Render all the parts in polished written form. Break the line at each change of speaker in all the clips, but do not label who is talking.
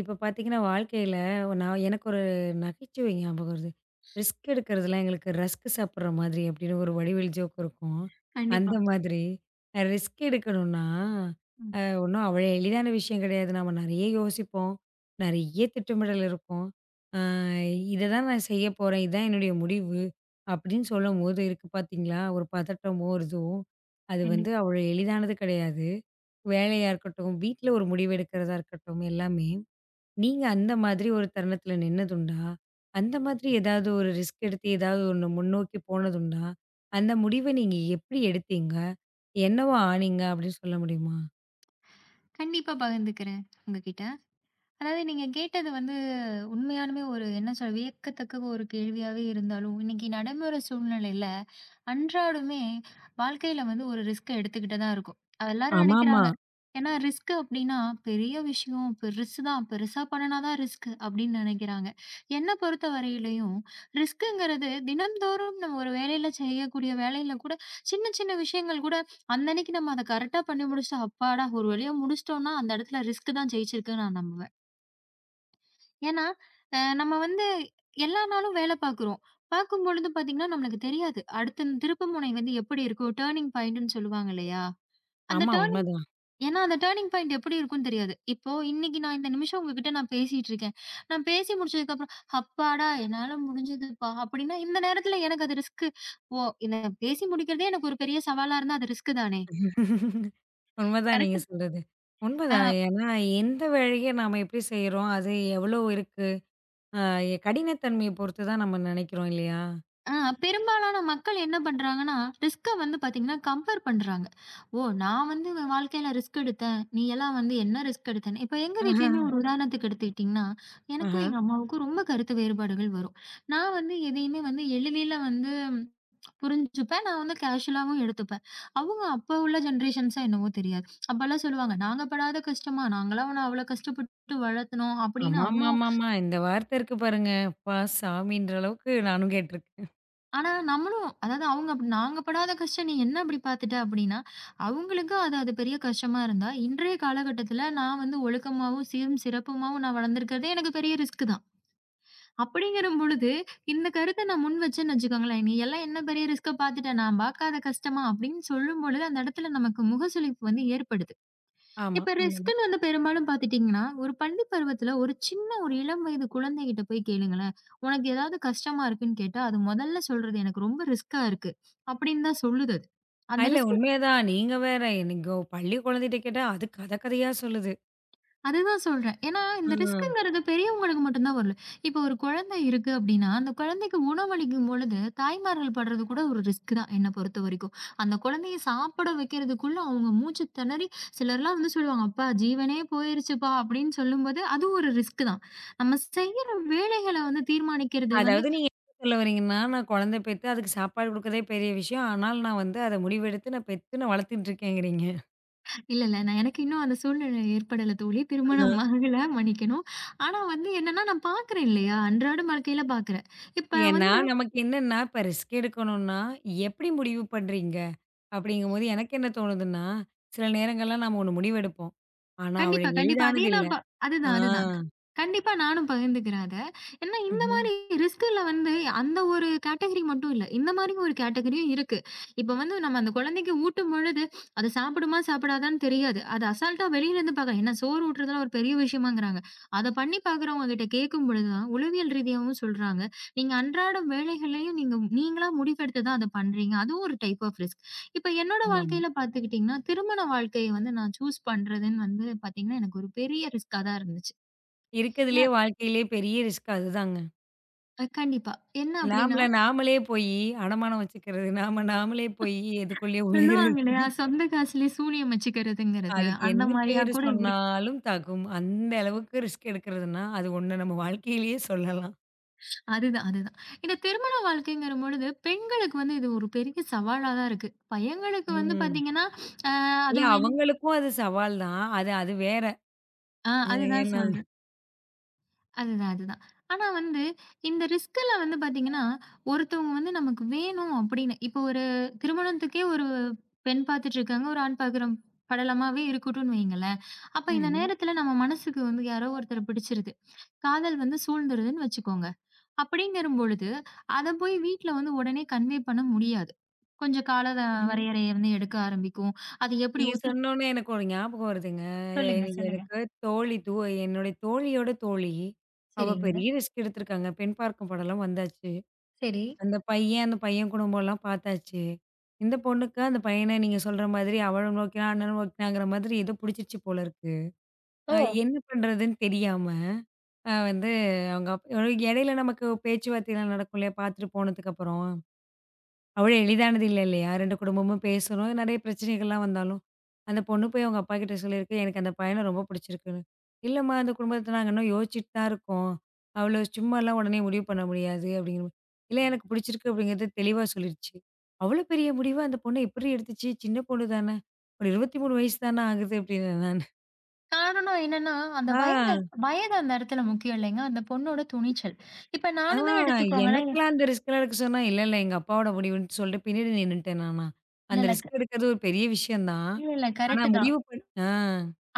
இப்ப பார்த்தீங்கன்னா, வாழ்க்கையில நான் எனக்கு ஒரு நகைச்சுவை ஞாபகம் வருது. "ரிஸ்க் எடுக்கிறதுலாம் எங்களுக்கு ரஸ்க் சாப்பிடுற மாதிரி" அப்படின்னு ஒரு வடிவேலு ஜோக் இருக்கும்.
கண்டிப்பா.
அந்த மாதிரி ரிஸ்க் எடுக்கணும்னா,
ம்.
ஒண்ணும் அவ்வளோ எளிதான விஷயம் கிடையாது. நம்ம நெறைய யோசிப்போம். நெறைய திட்டமிடல் இருக்கும். அ "இத தான் நான் செய்ய போறேன். இதான் என்னுடைய முடிவு" அப்படின்னு சொல்லும்போது இருக்கு பார்த்தீங்களா, ஒரு பதட்டமோ ஒரு இதுவும். அது வந்து
கண்டிப்பா.
அவ்வளோ எளிதானது கிடையாது. வேலையா இருக்கட்டும், வீட்ல ஒரு முடிவு எடுக்கிறதா இருக்கட்டும், எல்லாமே. நீங்க அந்த மாதிரி ஒரு தருணத்துல நின்னதுண்டா? அந்த மாதிரி ஏதாவது ஒரு ரிஸ்க் எடுத்து ஏதாவது ஒண்ணு முன்னோக்கி போனதுண்டா? அந்த முடிவ நீங்க எப்படி எடுத்தீங்க? என்னவா ஆனீங்க அப்படின்னு சொல்ல முடியுமா?
கண்டிப்பா பகிர்ந்துக்கிறேன் உங்ககிட்ட. அதாவது நீங்க கேட்டது வந்து உண்மையாலுமே ஒரு என்ன சொல்ல வியக்கத்தக்க ஒரு கேள்வியாவே இருந்தாலும் இன்னைக்கு நடைமுறை சூழ்நிலையில அன்றாடமே வாழ்க்கையில வந்து ஒரு ரிஸ்க் எடுத்துக்கிட்டு தான் இருக்கும். அது எல்லாரும்
ஆமாமா.
நினைக்கிறாங்க. ஏன்னா ரிஸ்க் அப்படின்னா பெரிய விஷயம் பெருசு தான், பெருசா பண்ணினாதான் ரிஸ்க் அப்படின்னு நினைக்கிறாங்க. என்னை பொறுத்த வரையிலையும் ரிஸ்க்குங்கிறது தினம்தோறும் நம்ம ஒரு வேலையில செய்யக்கூடிய வேலையில கூட சின்ன சின்ன விஷயங்கள் கூட அன்னன்னைக்கு நம்ம அதை கரெக்டா பண்ணி முடிச்சுட்டு அப்பாடா ஒரு வழியா முடிச்சிட்டோம்னா அந்த இடத்துல ரிஸ்க் தான் ஜெயிச்சிருக்குன்னு நான் நம்புவேன். ஏன்னா, நம்ம வந்து எல்லா நாளும் வேலை பார்க்குறோம். பார்க்கும்பொழுது பார்த்தீங்கன்னா, நம்மளுக்கு தெரியாது. அடுத்த இந்த திருப்பு முனை வந்து எப்படி இருக்கும்? டர்னிங் பாயிண்ட்ன்னு சொல்லுவாங்க இல்லையா? அந்த
ஆமா
டர்னிங்.
உண்மதான்.
ஏன்னா அந்த டர்னிங் பாயிண்ட் எப்படி இருக்கும்னு தெரியாது. இப்போ இன்னைக்கு நான் இந்த நிமிஷம் உங்ககிட்ட நான் பேசிட்டு இருக்கேன். நான் பேசி முடிச்சதுக்கப்புறம், "அப்பாடா! என்னால முடிஞ்சதுப்பா!" அப்படின்னா இந்த நேரத்துல எனக்கு அது ரிஸ்க். ஓ! இத பேசி முடிக்கிறதே எனக்கு ஒரு பெரிய சவாலா இருந்தா அது ரிஸ்க் தானே!
உண்மதான் நீங்க
கரெக்ட்.
சொல்றது.
ஆ.
உண்மதான். ஏன்னா எந்த வேலைய நாம எப்படி செய்றோம்? அது எவ்வளோ இருக்கு? அ கடினத்தன்மைய பொறுத்து தான் நம்ம நினைக்கிறோம் இல்லையா?
ஆ. பெரும்பாலான மக்கள் என்ன பண்றாங்கன்னா, ரிஸ்க்க வந்து பாத்தீங்கன்னா, கம்பேர் பண்றாங்க. "ஓ! நான் வந்து என் வாழ்க்கையில ரிஸ்க் எடுத்தேன். நீ எல்லாம் வந்து என்ன ரிஸ்க் எடுத்தேன்னு" இப்ப எங்க
ஆஹ,
வீட்லயுமே ஒரு உதாரணத்துக்கு எடுத்துக்கிட்டீங்கன்னா,
ஆஹ.
எனக்கும் எங்க அம்மாவுக்கும் ரொம்ப கருத்து வேறுபாடுகள் வரும். நான் வந்து எதையுமே வந்து எளிதில வந்து புரிஞ்சுப்பேன். நான் வந்து கேஷுவலாவும் எடுத்துப்பேன். அவங்க அப்ப உள்ள ஜெனரேஷன்ஸா என்னவோ தெரியாது. அப்பலாம் சொல்லுவாங்க, "நாங்க படாத கஷ்டமா? நாங்கலாம் உன்ன அவ்ளோ கஷ்டப்பட்டு வளர்த்துனோம்" அப்படின்னு அவ்ளோ.
ஆமாமாமாமா. இந்த வார்த்தை இருக்கு பாருங்க. அப்பா சாமின்ற அளவுக்கு நானும் கேட்டுருக்கேன்.
ஆனா நம்மளும் அதாவது அவங்க அப்படி நாங்க படாத கஷ்டம் நீ என்ன அப்படி பார்த்துட்ட அப்படின்னா அவங்களுக்கும் அது அது பெரிய கஷ்டமா இருந்தா இன்றைய காலகட்டத்துல நான் வந்து ஒழுக்கமாவும் சீரும் சிறப்புமாவும் நான் வளர்ந்துருக்கிறதே எனக்கு பெரிய ரிஸ்க் தான். அப்படிங்கிற பொழுது இந்த கருத்தை நான் முன் வச்சேன்னு வச்சுக்கோங்களேன். நீ எல்லாம் என்ன பெரிய ரிஸ்க பார்த்துட்ட, நான் பார்க்காத கஷ்டமா அப்படின்னு சொல்லும் பொழுது அந்த இடத்துல நமக்கு முகசுளிப்பு வந்து ஏற்படுது.
ஆமா
இப்ப
உண்மதான்.
ரிஸ்க்குன்னு வந்து பெரும்பாலும் பார்த்துட்டீங்கன்னா, ஒரு பள்ளி பருவத்தில ஒரு சின்ன ஒரு இளம் வயது குழந்தைகிட்ட போய் கேளுங்களேன். "உனக்கு ஏதாவது கஷ்டமா இருக்குன்னு கேட்டா, அது முதல்ல சொல்றது எனக்கு ரொம்ப ரிஸ்க்கா இருக்கு." அப்படின்னு தான் சொல்லுது அது. அந்த
இல்ல
ரிஸ்க்.
உண்மையதான். நீங்க வேற. நீங்க பள்ளி குழந்தைட்ட கேட்டா, அது கத கதையா சொல்லுது.
அதுதான் சொல்றேன். ஏன்னா,
ஆ.
இந்த ரிஸ்க்குங்கிறது பெரியவங்களுக்கு மட்டும் தான் வரல. இப்போ ஒரு குழந்தை இருக்கு அப்டின்னா, அந்த குழந்தைக்கு உணவளிக்கும் பொழுது, தாய்மார்கள் படுறது கூட ஒரு ரிஸ்க் தான் என்ன பொறுத்தவரைக்கும். அந்த குழந்தைய சாப்பிட வைக்கிறதுக்குள்ள அவங்க மூச்சு திணறி, சிலர்லாம் வந்து சொல்லுவாங்க, "அப்பா ஜீவனே போயிருச்சுப்பா" அப்டின்னு சொல்லும்போது, அதுவும் ஒரு ரிஸ்க் தான். நம்ம செய்யற வேலைகள வந்து தீர்மானிக்கிறது வந்து,
அதாவது நீங்க என்ன சொல்ல வரீங்கன்னா, நான் குழந்தை பெத்து அதுக்கு சாப்பாடு குடுக்கறதே பெரிய விஷயம். ஆனாலும் நான் வந்து அத முடிவெடுத்து நான் பெத்து நான் வளர்த்துட்டு இருக்கேங்கிறீங்க.
இல்ல இல்ல நான் எனக்கு இன்னும் அந்த சூழ்நிலை ஏற்படல தோழி. திருமணம்
ஆ.
ஆகல, மன்னிக்கணும். ஆனா வந்து என்னன்னா, நான் பார்க்குறேன் இல்லையா? அன்றாட வாழ்க்கையில பார்க்குறேன். இப்ப
ஏன்னா,
வந்து
நமக்கு என்னன்னா, இப்ப ரிஸ்க் எடுக்கணும்னா, எப்படி முடிவு பண்றீங்க? அப்படிங்கும்போது எனக்கு என்ன தோணுதுன்னா, சில நேரங்கள்லாம் நாம ஒண்ணு முடிவெடுப்போம். ஆனா, அவ்வளோ
கண்டிப்பா, கண்டிப்பா. அதே
எளிதானது இல்ல.
நான் ப.
ஆ.
அதுதான், அதுதான். கண்டிப்பா நானும் பகிர்ந்துக்கிறேன் அத. ஏன்னா இந்த
ம்ஹ்ம்.
மாரி ரிஸ்க்குல வந்து அந்த ஒரு கேட்டகரி மட்டும் இல்ல. இந்த மாரி ஒரு கேட்டகரியும் இருக்கு. இப்ப வந்து நம்ம அந்த குழந்தைக்கு ஊட்டும் பொழுது, அது சாப்பிடுமா, சாப்பிடாதான்னு தெரியாது. அது அசால்ட்டா வெளியிலேருந்து பார்க்குறேன். ஏன்னா சோறு ஊட்டுறதெல்லாம் ஒரு பெரிய விஷயமாங்கிறாங்க. அத பண்ணி பார்க்குறவங்க கிட்ட கேட்கும் பொழுது தான், உளவியல் ரீதியாவும் சொல்றாங்க. நீங்க அன்றாடம் வேலைகளையும் நீங்களா முடிவெடுத்து தான் அத பண்றீங்க. அதுவும் ஒரு டைப் ஆஃப் ரிஸ்க். இப்ப என்னோட
ஆமாமா.
வாழ்க்கையில பார்த்துக்கிட்டீங்கன்னா, திருமண வாழ்க்கைய வந்து நான் சூஸ் பண்றதுன்னு வந்து பார்த்தீங்கன்னா, எனக்கு ஒரு பெரிய ரிஸ்க்கா தான் இருந்துச்சு.
இருக்கதுலயே
ஏன்,
வாழ்க்கையிலயே பெரிய ரிஸ்க் அதுதாங்க.
கண்டிப்பா. என்ன அப்டின்னா,
நாமல நாமலே போயி அடமானம் வச்சுக்கிறது. நாம நாமலே போயி எதுக்குள்ளயே
சொல்லுவாங்க
ஒளியறது.
இல்லையா? சொந்த காசுலே சூனியம் வச்சுக்கிறதுங்கிறது,
அதுக்கு
அந்த
என்ன
மாரியா
பேரு
கூட இருக்கு.
சொன்னாலும் தாக்கும். அந்த அளவுக்கு ரிஸ்க் எடுக்கிறதுன்னா, அது ஒண்ணு நம்ம வாழ்க்கையிலேயே சொல்லலாம்.
அதுதான், அதுதான். இந்த திருமண வாழ்க்கைங்கிற பொழுது, பெண்களுக்கு வந்து இது ஒரு பெரிய சவாலா தான் இருக்கு. பையன்களுக்கு வந்து
ம்.
பார்த்தீங்கன்னா, அ அது
இல்ல
என்ன.
அவங்களுக்கும் அது சவால் தான். அது அது வேற.
ஆ,
அ
அதுதான்
ஏன்னா
சொல்றேன். அதுதான், அதுதான். ஆனா வந்து இந்த ரிஸ்க்ல வந்து பார்த்தீங்கன்னா, ஒருத்தவங்க வந்து நமக்கு வேணும் அப்படின்னு இப்போ ஒரு திருமணத்துக்கே ஒரு பெண் பார்த்துட்டு இருக்காங்க. ஒரு ஆண் பார்க்குற படலமாவே இருக்கட்டும்னு வையுங்களேன். அப்ப இந்த
ம்ஹ்ம்,
நேரத்துல நம்ம மனசுக்கு வந்து யாரோ ஒருத்தர பிடிச்சிருது. காதல் வந்து சூழ்ந்துருதுன்னு வச்சுக்கோங்க. அப்படிங்கிற பொழுது அத போய் வீட்ல வந்து உடனே கன்வே பண்ண முடியாது. கொஞ்சம் கால வ.
ம்ஹ்ம்.
வரையறைய வந்து எடுக்க ஆரம்பிக்கும். அது எப்படி
நீங்க
ஒத்து.
சொன்னோனே எனக்கு ஒரு ஞாபகம் வருதுங்க.
சொல்லுங்க,
எனக்கு
சொல்லுங்க.
எனக்கு தோழி தூ என்னுடைய தோழியோட தோழி. அவ
சரிங்க.
பெரிய ரிஸ்க் எடுத்திருக்காங்க. பெண் பார்க்கும் படம்லாம் வந்தாச்சு.
சரி.
அந்த பையன், அந்த பையன் குடும்பம்லாம் பார்த்தாச்சு. இந்த பொண்ணுக்கு அந்த பையன நீங்க சொல்ற மாதிரி அவளும் நோக்கினா, அண்ணனும் நோக்கினாங்கிற மாதிரி ஏதோ புடிச்சிருச்சு போல இருக்கு. அ
ஓ!
என்ன பண்றதுன்னு தெரியாம, அ வந்து அவங்க அப் இடையில நமக்கு பேச்சுவார்த்தைலாம் நடக்கும் இல்லையா? பார்த்துட்டு போனதுக்கப்புறம். அவ்வளோ எளிதானது இல்ல இல்லையா? 2 குடும்பமும் பேசணும். நெறைய பிரச்சனைகள்லாம் வந்தாலும், அந்த பொண்ணு போய் அவங்க அப்பா கிட்ட சொல்லியிருக்கு, "எனக்கு அந்த பையன ரொம்ப பிடிச்சிருக்குன்னு." "இல்லம்மா, அந்த குடும்பத்த நாங்க இன்னும் யோசிச்சுட்டு தான் இருக்கோம். அவ்வளோ சும்மாலாம் உடனே முடிவு பண்ண முடியாது." அப்படிங்கிற மாரி. "இல்ல, எனக்கு பிடிச்சிருக்கு." அப்படிங்கிறத தெளிவா சொல்லிருச்சு. அவ்வளோ பெரிய முடிவ அந்த பொண்ணு எப்படி எடுத்துச்சு? சின்ன பொண்ணு தானே. ஒரு 23 வயசு தானே ஆகுது அப்படின்னேன் நானு.
காரணம் என்னன்னா, அந்த
ஆ.
வயது, அந்த இடத்துல முக்கியம் இல்லைங்க. அந்த பொண்ணோட துணிச்சல். இப்ப
ஆ
நானுமே எடுத்துக்கோங்களேன்.
எனக்கெல்லாம் அந்த ரிஸ்க்லாம் எடுக்க சொன்னா, இல்ல, இல்ல எங்க அப்பாவோட முடிவுன்னு சொல்லிட்டு பின்னாடி நின்னுட்டேன் நானா.
இல்ல,
அந்த
இல்ல. க-.
ரிஸ்க் எடுக்கிறது ஒரு பெரிய விஷயம் தான்.
இல்ல, இல்ல.
ஆனா
கரெக்ட் தான்.
முடிவு பண் ஆ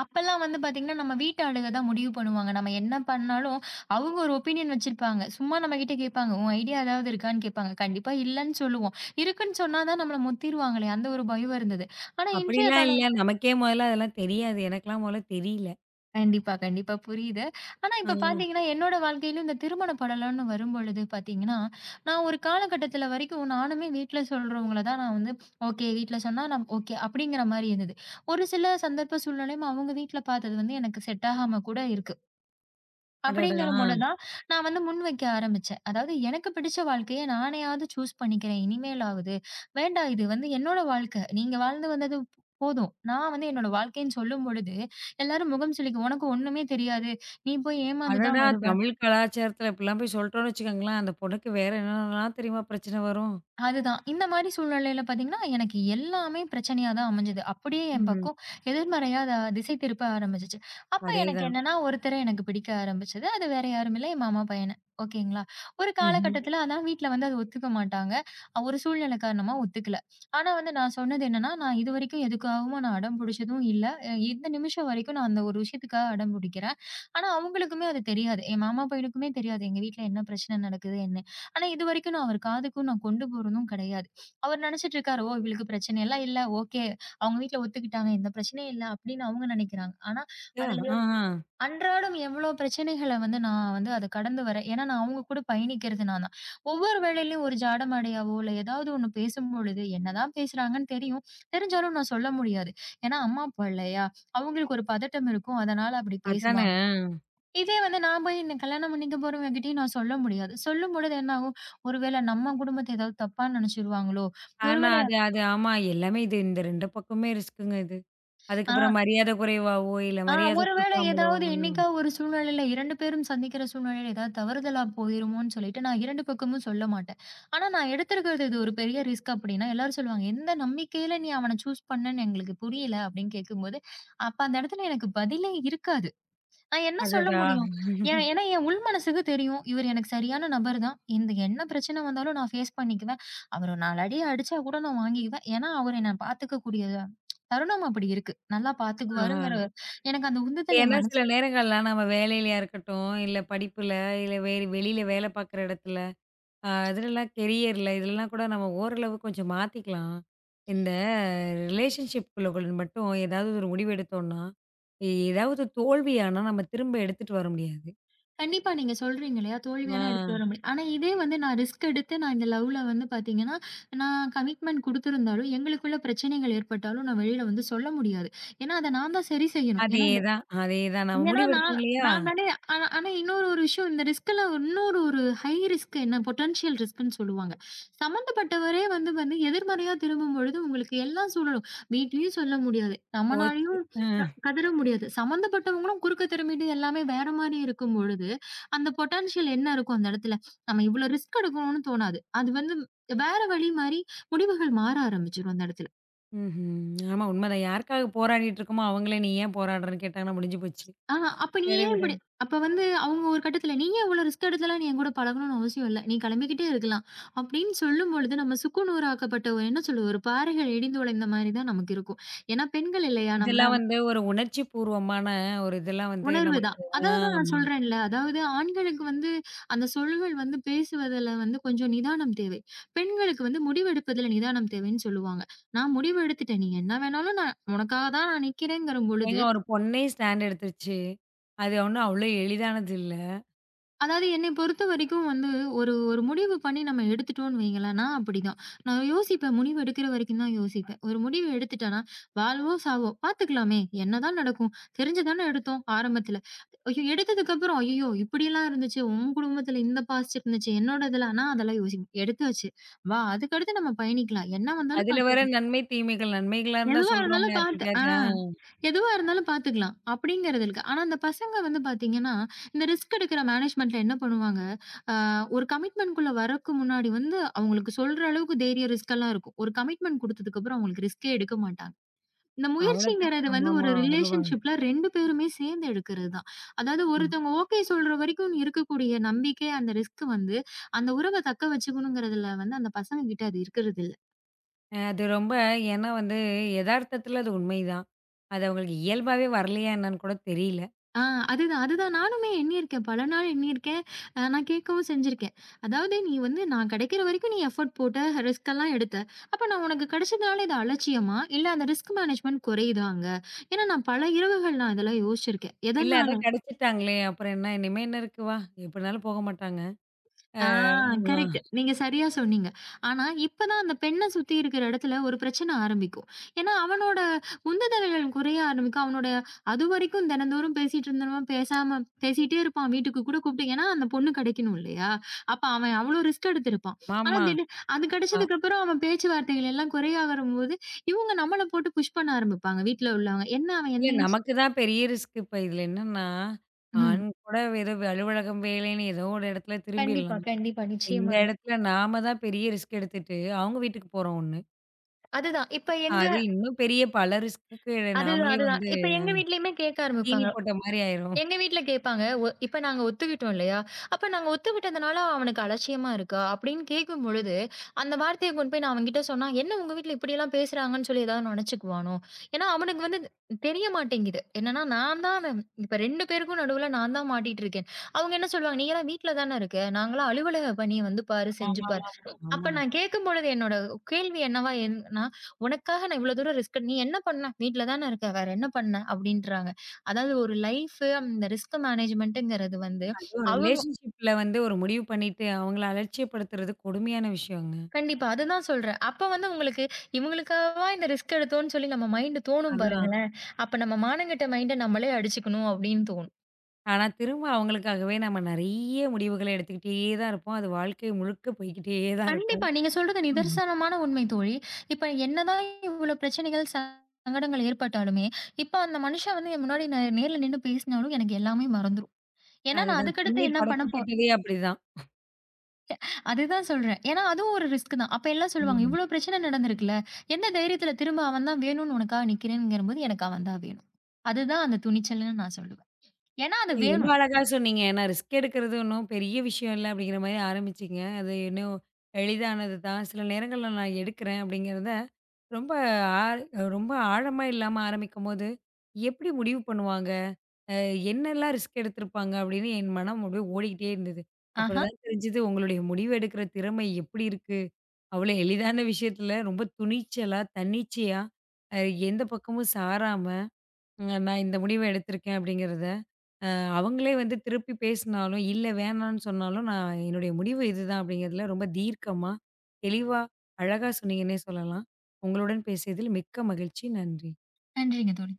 அப்பல்லாம் வந்து பார்த்தீங்கன்னா, நம்ம வீட்டு ஆளுக தான் முடிவு பண்ணுவாங்க. நம்ம என்ன பண்ணாலும், அவங்க ஒரு ஒப்பீனியன் வச்சிருப்பாங்க. சும்மா நம்மகிட்ட கேட்பாங்க. "உன் ஐடியா ஏதாவது இருக்கான்னு?" கேட்பாங்க. கண்டிப்பா இல்லன்னு சொல்லுவோம். இருக்குன்னு சொன்னா தான் நம்மள முத்திருவாங்களே! அந்த ஒரு பயம் இருந்தது. ஆனா இன்றைய
அப்படிலாம்
கால.
இல்ல. நமக்கே முதல்ல அதெல்லாம் தெரியாது. எனக்கெல்லாம் முதல்ல தெரியல.
கண்டிப்பா, கண்டிப்பா புரியுது. ஆனா
ஆ.
இப்ப பாத்தீங்கன்னா, என்னோட வாழ்க்கையிலும் இந்த திருமண படலம்னு வரும்பொழுது பாத்தீங்கன்னா, நான் ஒரு காலகட்டத்துல வரைக்கும் நானுமே வீட்ல சொல்றவங்கள தான் நான் வந்து ஓகே, வீட்ல சொன்னா நான் ஓகே அப்படிங்கிற மாரி இருந்தது. ஒரு சில சந்தர்ப்ப சூழ்நிலையும் அவங்க வீட்ல பாத்தது வந்து எனக்கு செட் ஆகாம கூட இருக்கு.
அடடா!
அப்படிங்கிறபோது தான், நான் வந்து முன் வைக்க ஆரம்பிச்சேன். அதாவது எனக்கு பிடிச்ச வாழ்க்கைய நானேயாவது சூஸ் பண்ணிக்கிறேன் இனிமேலாவது. வேண்டாம், இது வந்து என்னோட வாழ்க்கை. நீங்க வாழ்ந்து வந்தது போதும். நான் வந்து என்னோட வாழ்க்கைன்னு சொல்லும் பொழுது, எல்லாரும் முகம் சுளிக்க "உனக்கு ஒண்ணுமே தெரியாது. நீ போய் ஏமாந்து
அடடா!
தான் வருவ."
தமிழ் கலாச்சாரத்துல இப்படிலாம் போய் சொல்ட்டோம்னு வச்சுக்கோங்களேன், அந்த பொண்ணுக்கு வேற என்னென்னலாம் தெரியுமா பிரச்சனை வரும்?
அதுதான். இந்த மாரி சூழ்நிலையில பார்த்தீங்கன்னா, எனக்கு எல்லாமே பிரச்சனையா தான் அமைஞ்சது. அப்படியே என்
ம்.
பக்கம் எதிர்மறையா அத திசை திருப்ப ஆரம்பிச்சுச்சு. அப்ப எனக்கு
அதேதான்.
என்னன்னா, ஒருத்தர எனக்கு பிடிக்க ஆரம்பிச்சது. அது வேற யாரும் இல்ல, என் மாமா பையன. ஓகேங்களா? ஒரு
ம்ஹ்ம்.
காலகட்டத்தில அதான் வீட்ல வந்து அது ஒத்துக்க மாட்டாங்க. ஒரு சூழ்நிலை காரணமா ஒத்துக்கல. ஆனா வந்து நான் சொன்னது என்னன்னா, நான் இதுவரைக்கும் எதுக்காகவும் நான் அடம் புடிச்சதும் இல்ல. இந்த நிமிஷம் வரைக்கும் நான் அந்த ஒரு விஷயத்துக்காக அடம் புடிக்கிறேன். ஆனா அவங்களுக்குமே அது தெரியாது. என் மாமா பையனுக்குமே தெரியாது, எங்க வீட்ல என்ன பிரச்சனை நடக்குது, என்ன. ஆனா, இதுவரைக்கும் நான் அவர் காதுக்கும் நான் கொண்டு போறதும் கிடையாது. அவர் நினைச்சுட்டு இருக்காரு, "ஓ! இவளுக்கு பிரச்சனைலாம் இல்ல. ஓகே. அவங்க வீட்ல ஒத்துக்கிட்டாங்க. எந்த பிரச்சனையும் இல்ல." அப்படின்னு அவங்க நினைக்கிறாங்க. ஆனா, அதுல எவ்-.
ஆஹா.
அன்றாடம் எவ்வளோ பிரச்சனைகள வந்து நான் வந்து அத கடந்து வரேன். ஏன்னா, நான் அவங்க கூட பயணிக்கிறது நான் தான். ஒவ்வொரு வேளையிலயும் ஒரு ஜாடமாடையாவோ, இல்ல ஏதாவது ஒண்ணு பேசும்பொழுது என்னதான் பேசுறாங்கன்னு தெரியும். தெரிஞ்சாலும் நான் சொல்ல முடியாது. ஏன்னா, அம்மா, அப்பா இல்லையா? அவங்களுக்கு ஒரு பதட்டம் இருக்கும். அதனால அப்படி
அதானே!
பேசுவாங்க. இதே வந்து நான் போய் இந்த கல்யாணம் பண்ணிக்க போறவங்ககிட்டயும் நான் சொல்ல முடியாது. சொல்லும்பொழுது என்ன ஆகும்? ஒருவேள நம்ம குடும்பத்த ஏதாவது தப்பா நெனச்சுருவாங்களோ!
ஆனா,
ஒருவேள
அது அது ஆமா. எல்லாமே இது இந்த 2 பக்கமுமே ரிஸ்க்குங்க இது.
ஆ,
அதுக்கப்புறம் மரியாதை குறைவாவோ, இல்ல
ஆ
மரியாதை
ஒருவேள
குடுக்காமலோ
ஏதாவது
ம்.
என்னைக்கா ஒரு சூழ்நிலையில 2 பேரும் சந்திக்கிற சூழ்நிலையில ஏதாவது தவறுதலா போயிருமோன்னு சொல்லிட்டு நான் 2 பக்கமும் சொல்ல மாட்டேன். ஆனா நான் எடுத்திருக்கிறது இது ஒரு பெரிய ரிஸ்க் அப்டின்னா, எல்லாரும் சொல்லுவாங்க, "எந்த நம்பிக்கையில நீ அவன சூஸ் பண்ணன்னு எங்களுக்கு புரியல" அப்டின்னு கேட்கும்போது, அப்ப அந்த இடத்துல எனக்கு பதிலே இருக்காது. நான் என்ன சொல்ல
அடடா!
முடியும்? ஏன்னா என் உள் மனசுக்கு தெரியும். இவரு எனக்கு சரியான நபர் தான். இந்த என்ன பிரச்சனை வந்தாலும் நான் ஃபேஸ் பண்ணிக்குவேன். அவரு 4 அடி அடிச்சா கூட நான் வாங்கிக்குவேன். ஏன்னா, அவரு என்ன பாத்துக்கக்கூடிய தருணம் அப்படி இருக்கு. நல்லா
ஆஹா.
பாத்துக்குவாருங்கிற எனக்கு அந்த உந்துதல் என்
ஏன்னா
மனசு.
சில நேரங்கள்லாம் நம்ம வேலையிலயா இருக்கட்டும், இல்ல படிப்புல, இல்ல வேறு வெளியில வேலை பார்க்குற இடத்துல, இதுலலாம் கெரியர்ல இதுலலாம் கூட நம்ம ஓரளவு கொஞ்சம் மாத்திக்கலாம். இந்த ரிலேஷன்ஷிப் குள்ளக்குள்ள மட்டும் ஏதாவது ஒரு முடிவு எடுத்தோம்னா, ஏதாவது தோல்வியானா நம்ம திரும்ப எடுத்துட்டு வர முடியாது.
கண்டிப்பா நீங்க சொல்றீங்க இல்லையா?
ஆ.
தோல்வியெல்லாம் எடுத்துட்டு வர முடியும். ஆனா இதே வந்து நான் ரிஸ்க் எடுத்து நான் இந்த லவ்ல வந்து பாத்தீங்கன்னா, நான் கமிட்மெண்ட் குடுத்திருந்தாலும், எங்களுக்குள்ள பிரச்சனைகள் ஏற்பட்டாலும் நான் வெளியில வந்து சொல்ல முடியாது. ஏன்னா, அத நான் தான் சரி செய்யணும். ஏன்னா.
அதேதான், அதேதான். நம்ம
ஏன்னா நான்
முடிவெடுத்தோம் இல்லையா?
நான் நெறைய ஆனா ஆனா இன்னொரு ஒரு விஷயம் இந்த ரிஸ்க்ல இன்னொரு ஒரு ஹை ரிஸ்க் என்ன பொட்டன்ஷியல் ரிஸ்க்ன்னு சொல்லுவாங்க. சம்மந்தப்பட்டவரே வந்து வந்து எதிர்மறையா திரும்பும் பொழுது உங்களுக்கு எல்லாம் சொல்லணும். வீட்லயும் சொல்ல முடியாது.
போச்சு.
நம்மனாலயும் க
அ.
கதற முடியாது. சம்மந்தப்பட்டவங்களும் குறுக்க திரும்பிட்டு எல்லாமே வேற மாரி இருக்கும் பொழுது, அந்த பொட்டன்ஷியல் என்ன இருக்கும் அந்த இடத்துல? நம்ம இவ்ளோ ரிஸ்க் எடுக்கணும்னு தோணாது. அது வந்து வேற வழி மாரி முடிவுகள் மாற ஆரம்பிச்சுரும் அந்த இடத்துல.
ம்ஹ்ம். ஆமா உண்மதான். யாருக்காக போராடிட்டு இருக்கோமோ, அவங்களே நீ ஏன் போராடுறன்னு கேட்டாங்கன்னா முடிஞ்சு போச்சு.
ஆ, அப்ப நீ
சரி
ஏன் இப்படி
விடுங்க.
அப்ப வந்து அவங்க ஒரு கட்டத்துல, "நீ ஏன் இவ்வளோ ரிஸ்க் எடுத்துலாம் நீ என்கூட பழகணும்னு அவசியம் இல்ல. நீ கிளம்பிக்கிட்டே இருக்கலாம்." அப்படின்னு சொல்லும்பொழுது, நம்ம சுக்குநூறாக்கப்பட்ட ஒரு என்ன சொல்லுவது, ஒரு பாறைகள் இடிந்து உடைந்த மாரி தான் நமக்கு இருக்கும். ஏன்னா பெண்கள் இல்லையா? நம்ம
இதெல்லாம் வந்து ஒரு உணர்ச்சி பூர்வமான ஒரு இதெல்லாம் வந்து
உணர்வு
நமக்கு
தான். அதான்
ஆ
அதான் நான்
ஆமா.
சொல்றேன்ல. அதாவது ஆண்களுக்கு வந்து அந்த சொல்கள் வந்து பேசுவதில வந்து கொஞ்சம் நிதானம் தேவை. பெண்களுக்கு வந்து முடிவெடுப்பதில நிதானம் தேவைன்னு சொல்லுவாங்க. நான் முடிவு எடுத்துட்டேன். நீ என்ன வேணாலும் நான் உனக்காக தான் நான் நிக்கிறேங்கிற
ஏங்க
பொழுது.
ஒரு பொண்ணே ஸ்டாண்ட் எடுத்துருச்சு. அது ஒண்ணும் அவ்ளோ எளிதானது இல்ல.
அதாவது என்னை பொறுத்த வரைக்கும் வந்து ஒரு ஒரு முடிவு பண்ணி நம்ம எடுத்துட்டோம்னு வைங்களேன், நான் அப்படிதான். நான் யோசிப்பேன். முடிவு எடுக்கிற வரைக்கும் தான் யோசிப்பேன். ஒரு முடிவு எடுத்துட்டேன்னா, வாழ்வோ! சாவோ! பார்த்துக்கலாமே! என்னதான் நடக்கும்? தெரிஞ்சு தானே எடுத்தோம் ஆரம்பத்துல. ஐயோ! எடுத்ததுக்கப்புறம், ஐயய்யோ! இப்படிலாம் இருந்துச்சு. உன் குடும்பத்துல இந்த பாசிட்டிவ் இருந்துச்சு. என்னோட இதெல்லாம் நான் அதெல்லாம் யோசிப்பேன். எடுத்தாச்சு. வா! அதுக்கடுத்து நம்ம பயணிக்கலாம். என்ன வந்தாலும்
அதுல வேற
பார்த்து
நன்மை, தீமைகள். நன்மைகளா இருந்தா
எதுவா
சொல்றோமா
இருந்தாலும் பாத்து ஆ.
யார்கிட்டயாவது? ஆ
எதுவா இருந்தாலும் பாத்துக்கலாம். அப்படிங்கிறது இருக்கு. ஆனா அந்த பசங்க வந்து பாத்தீங்கன்னா, இந்த ரிஸ்க் எடுக்கிற மேனேஜ்மென்ட்ல என்ன பண்ணுவாங்க, அ ஒரு கமிட்மென்ட்க்குள்ள வரக்கு முன்னாடி வந்து அவங்களுக்கு சொல்ற அளவுக்கு தைரிய ரிஸ்க்லாம் இருக்கும். ஒரு கமிட்மென்ட் குடுத்ததுக்கு அப்புறம் அவங்களுக்கு ரிஸ்கே எடுக்க மாட்டாங்க. இந்த
அவ்வளோதான்.
முயற்சிங்கிறது வந்து ஒரு
ஆமாமா. வருவாங்க.
ரிலேஷன்ஷிப்ல 2 பேருமே சேர்ந்து எடுக்கிறது தான். அதாவது
ஆமா.
ஒருத்தவங்க ஓகே சொல்ற வரைக்கும் இருக்கக்கூடிய நம்பிக்கை, அந்த ரிஸ்க் வந்து அந்த உறவ தக்க வச்சுக்கணுங்கிறதுல வந்து அந்த பசங்க கிட்ட அது இருக்கிறதில்ல.
அது ரொம்ப ஏன்னா வந்து எதார்த்தத்துல அது உண்மைதான். அது அவங்களுக்கு இயல்பாவே வரலையா என்னன்னு கூட தெரியல.
ஆ, அதுதான், அதுதான். நானுமே எண்ணியிருக்கேன். பல நாள் எண்ணியிருக்கேன். நான் கேட்கவும் செஞ்சிருக்கேன். அதாவது நீ வந்து நான் கிடைக்கிற வரைக்கும் நீ எஃபோர்ட் போட்ட, ரிஸ்க் எல்லாம் எடுத்த. அப்ப நான் உனக்கு கிடைச்சதுனால இது அலட்சியமா? இல்ல அந்த ரிஸ்க் மேனேஜ்மென்ட் குறையுதாங்க? ஏன்னா நான் பல இரவுகள் நான் இதெல்லாம் யோசிச்சிருக்கேன்.
இல்ல அதான்
எதனால.
கிடைச்சிட்டாங்களே! அப்புறம் என்ன? இனிமே என்ன இருக்கு வா! எப்படினாலும் போக மாட்டாங்க.
ஆ, கரெக்ட்.
ஆமா.
நீங்க சரியா சொன்னீங்க. ஆனா, இப்ப தான் அந்த பெண்ண சுத்தி இருக்கிற இடத்துல ஒரு பிரச்சனை ஆரம்பிக்கும். ஏன்னா, அவனோட உந்துதலைகள் குறைய ஆரம்பிக்கும். அவனோட அதுவரைக்கும் தினந்தோறும் பேசிட்டு இருந்தவன் பேசாம பேசிட்டே இருப்பான். வீட்டுக்கு கூட கூப்பிட்டு ஏன்னா, அந்த பொண்ணு கிடைக்கணும் இல்லையா? அப்ப அவன் அவ்ளோ ரிஸ்க் எடுத்திருப்பான். ஆனா,
ஆமா.
திடீர் அது
அ
கிடைச்சதுக்கு அப்புறம் அவன் பேச்சுவார்த்தைகள் எல்லாம் குறையாகும்போது, இவங்க நம்மள போட்டு புஷ் பண்ண ஆரம்பிப்பாங்க வீட்ல உள்ளவங்க. என்ன அவன்
இல்ல
எந்த இன்ஸ்.
நமக்கு தான் பெரிய ரிஸ்க் இப்ப. இதுல என்னன்னா,
ம்.
ஆண் கூட ஏதோ அலுவலகம் வேலைன்னு ஏதோ ஒரு இடத்துல
கண்டிப்பா,
திரும்பிடலாம்.
கண்டிப்பா.
இந்த
நிச்சயமாங்க.
இடத்துல நாம தான் பெரிய ரிஸ்க் எடுத்துட்டு, அவங்க வீட்டுக்கு போறோம் ஒண்ணு.
அதுதான். இப்ப எங்க.
அது இன்னும் பெரிய பல ரிஸ்க்குக்கு
அதுதான்
நாமளே
அதுதான்.
வந்து
இப்ப எங்க வீட்லயுமே கேட்க
தீனி
ஆரம்பிப்பாங்க.
போட்ட மாரி ஆயிரும்.
எங்க வீட்ல கேட்பாங்க. ஒ, இப்ப நாங்க ஒத்துக்கிட்டோம் இல்லையா? அப்ப நாங்க ஒத்துக்கிட்டதுனால அவனுக்கு அலட்சியமா இருக்கா? அப்படின்னு கேட்கும்பொழுது, அந்த வார்த்தைய கொண்டு போய் நான் அவன்கிட்ட சொன்னா, என்ன உங்க வீட்ல இப்படியெல்லாம் பேசுறாங்கன்னு சொல்லி ஏதாவது நெனச்சுக்குவானோ? ஏன்னா அவனுக்கு வந்து தெரிய மாட்டேங்குது. என்னன்னா நான் தான் அவன் இப்ப 2 பேருக்கும் நடுவுல நான் தான் மாட்டிட்டு இருக்கேன். அவங்க என்ன சொல்லுவாங்க, "நீங்கலாம் வீட்ல தானே இருக்க. நாங்கலாம் அலுவலக பணிய வந்து பாரு, செஞ்சு பாரு."
ஆமாமாமா. ஆமா. ஆமா
அப்ப
ஆமா.
நான் கேட்கும்பொழுது என்னோட கேள்வி என்னவா இருந்ததுன்னா, "உனக்காக நான் இவ்வளோ தூரம் ரிஸ்க் எடு, நீ என்ன பண்ண? வீட்ல தானே இருக்க. வேற என்ன பண்ண?" அப்படின்றாங்க. அதாவது ஒரு லைஃப் அந்த ரிஸ்க் மேனேஜ்மென்ட்ங்கிறது வந்து
அதுவும்
அவங்க
ரிலேஷன்ஷிப்ல வந்து ஒரு முடிவு பண்ணிட்டு, அவங்கள அலட்சியப்படுத்துறது கொடுமையான விஷயங்க.
கண்டிப்பா. அதுதான் சொல்றேன். அப்ப வந்து உங்களுக்கு இவங்களுக்காகவா இந்த ரிஸ்க் எடுத்தோம்ன்னு சொல்லி நம்ம மைண்ட் தோணும்
அதான்.
பாருங்களேன். அப்ப நம்ம மானங்கெட்ட மைண்ட நம்மளே அடிச்சுக்கணும் அப்படின்னு தோணும்.
ஆனா, திரும்ப அவங்களுக்காகவே நம்ம நெறைய முடிவுகள எடுத்துக்கிட்டே தான் இருப்போம். அது வாழ்க்கை முழுக்க போய்க்கிட்டே தான் இருக்கும்.
கண்டிப்பா. நீங்க சொல்றது
ஆமா.
நிதர்சனமான உண்மை தோழி. இப்ப என்னதான் இவ்ளோ பிரச்சனைகள், சங்கடங்கள் ஏற்பட்டாலுமே, இப்ப அந்த மனுஷன் வந்து என் முன்னாடி நேர்ல நின்னு பேசினாலும் எனக்கு எல்லாமே மறந்துரும். ஏன்னா நான்
அதுதான்
அதுக்கடுத்து
பின்னி
என்ன பண்ண.
படுக்கப்பட்டதே அப்படிதான்.
அதுதான் சொல்றேன். ஏன்னா, அதுவும் ஒரு ரிஸ்க் தான். அப்ப எல்லாம் சொல்லுவாங்க,
ம்.
"இவ்ளோ பிரச்சனை நடந்திருக்குல்ல. என்ன தைரியத்துல திரும்ப அவன் தான் வேணும்னு உனக்காக நிக்கிறேன்ங்கறபோது, எனக்கு அவன் தான் வேணும்." அதுதான் அந்த துணிச்சல்ன்னு நான் சொல்லுவேன். ஏன்னா, அது
நீங்க ரொம்ப
வேணும்.
அழகா சொன்னீங்க. ஏன்னா ரிஸ்க் எடுக்கிறது ஒன்னும் பெரிய விஷயம் இல்ல அப்படிங்கிற மாரி ஆரம்பிச்சீங்க. அது இன்னும் எளிதானது தான். சில நேரங்கள்ல நான் எடுக்கிறேன் அப்படிங்கிறத ரொம்ப ஆழ் ரொம்ப ஆழமா இல்லாம ஆரம்பிக்கும்போது, எப்படி முடிவு பண்ணுவாங்க? அ என்னெல்லாம் ரிஸ்க் எடுத்திருப்பாங்க அப்படின்னு என் மனம் அப்படியே ஓடிக்கிட்டே இருந்தது. அப்புறம்
ஆஹா.
தான் தெரிஞ்சது உங்களுடைய முடிவு எடுக்கிற திறமை எப்படி இருக்கு? அவ்வளோ எளிதான விஷயத்துல ரொம்ப துணிச்சலா, தன்னிச்சையா, அ எந்த பக்கமும் சாராம நான் இந்த முடிவ எடுத்திருக்கேன் அப்படிங்கிறத, அ அவங்களே வந்து திருப்பி பேசினாலும், இல்ல வேணான்னு சொன்னாலும், நான் என்னுடைய முடிவு இதுதான் அப்படிங்கிறதுல ரொம்ப தீர்க்கமா, தெளிவா, அழகா சொன்னீங்கன்னே சொல்லலாம். உங்களுடன் பேசியதில் மிக்க மகிழ்ச்சி. நன்றி.
நன்றிங்க தோழி.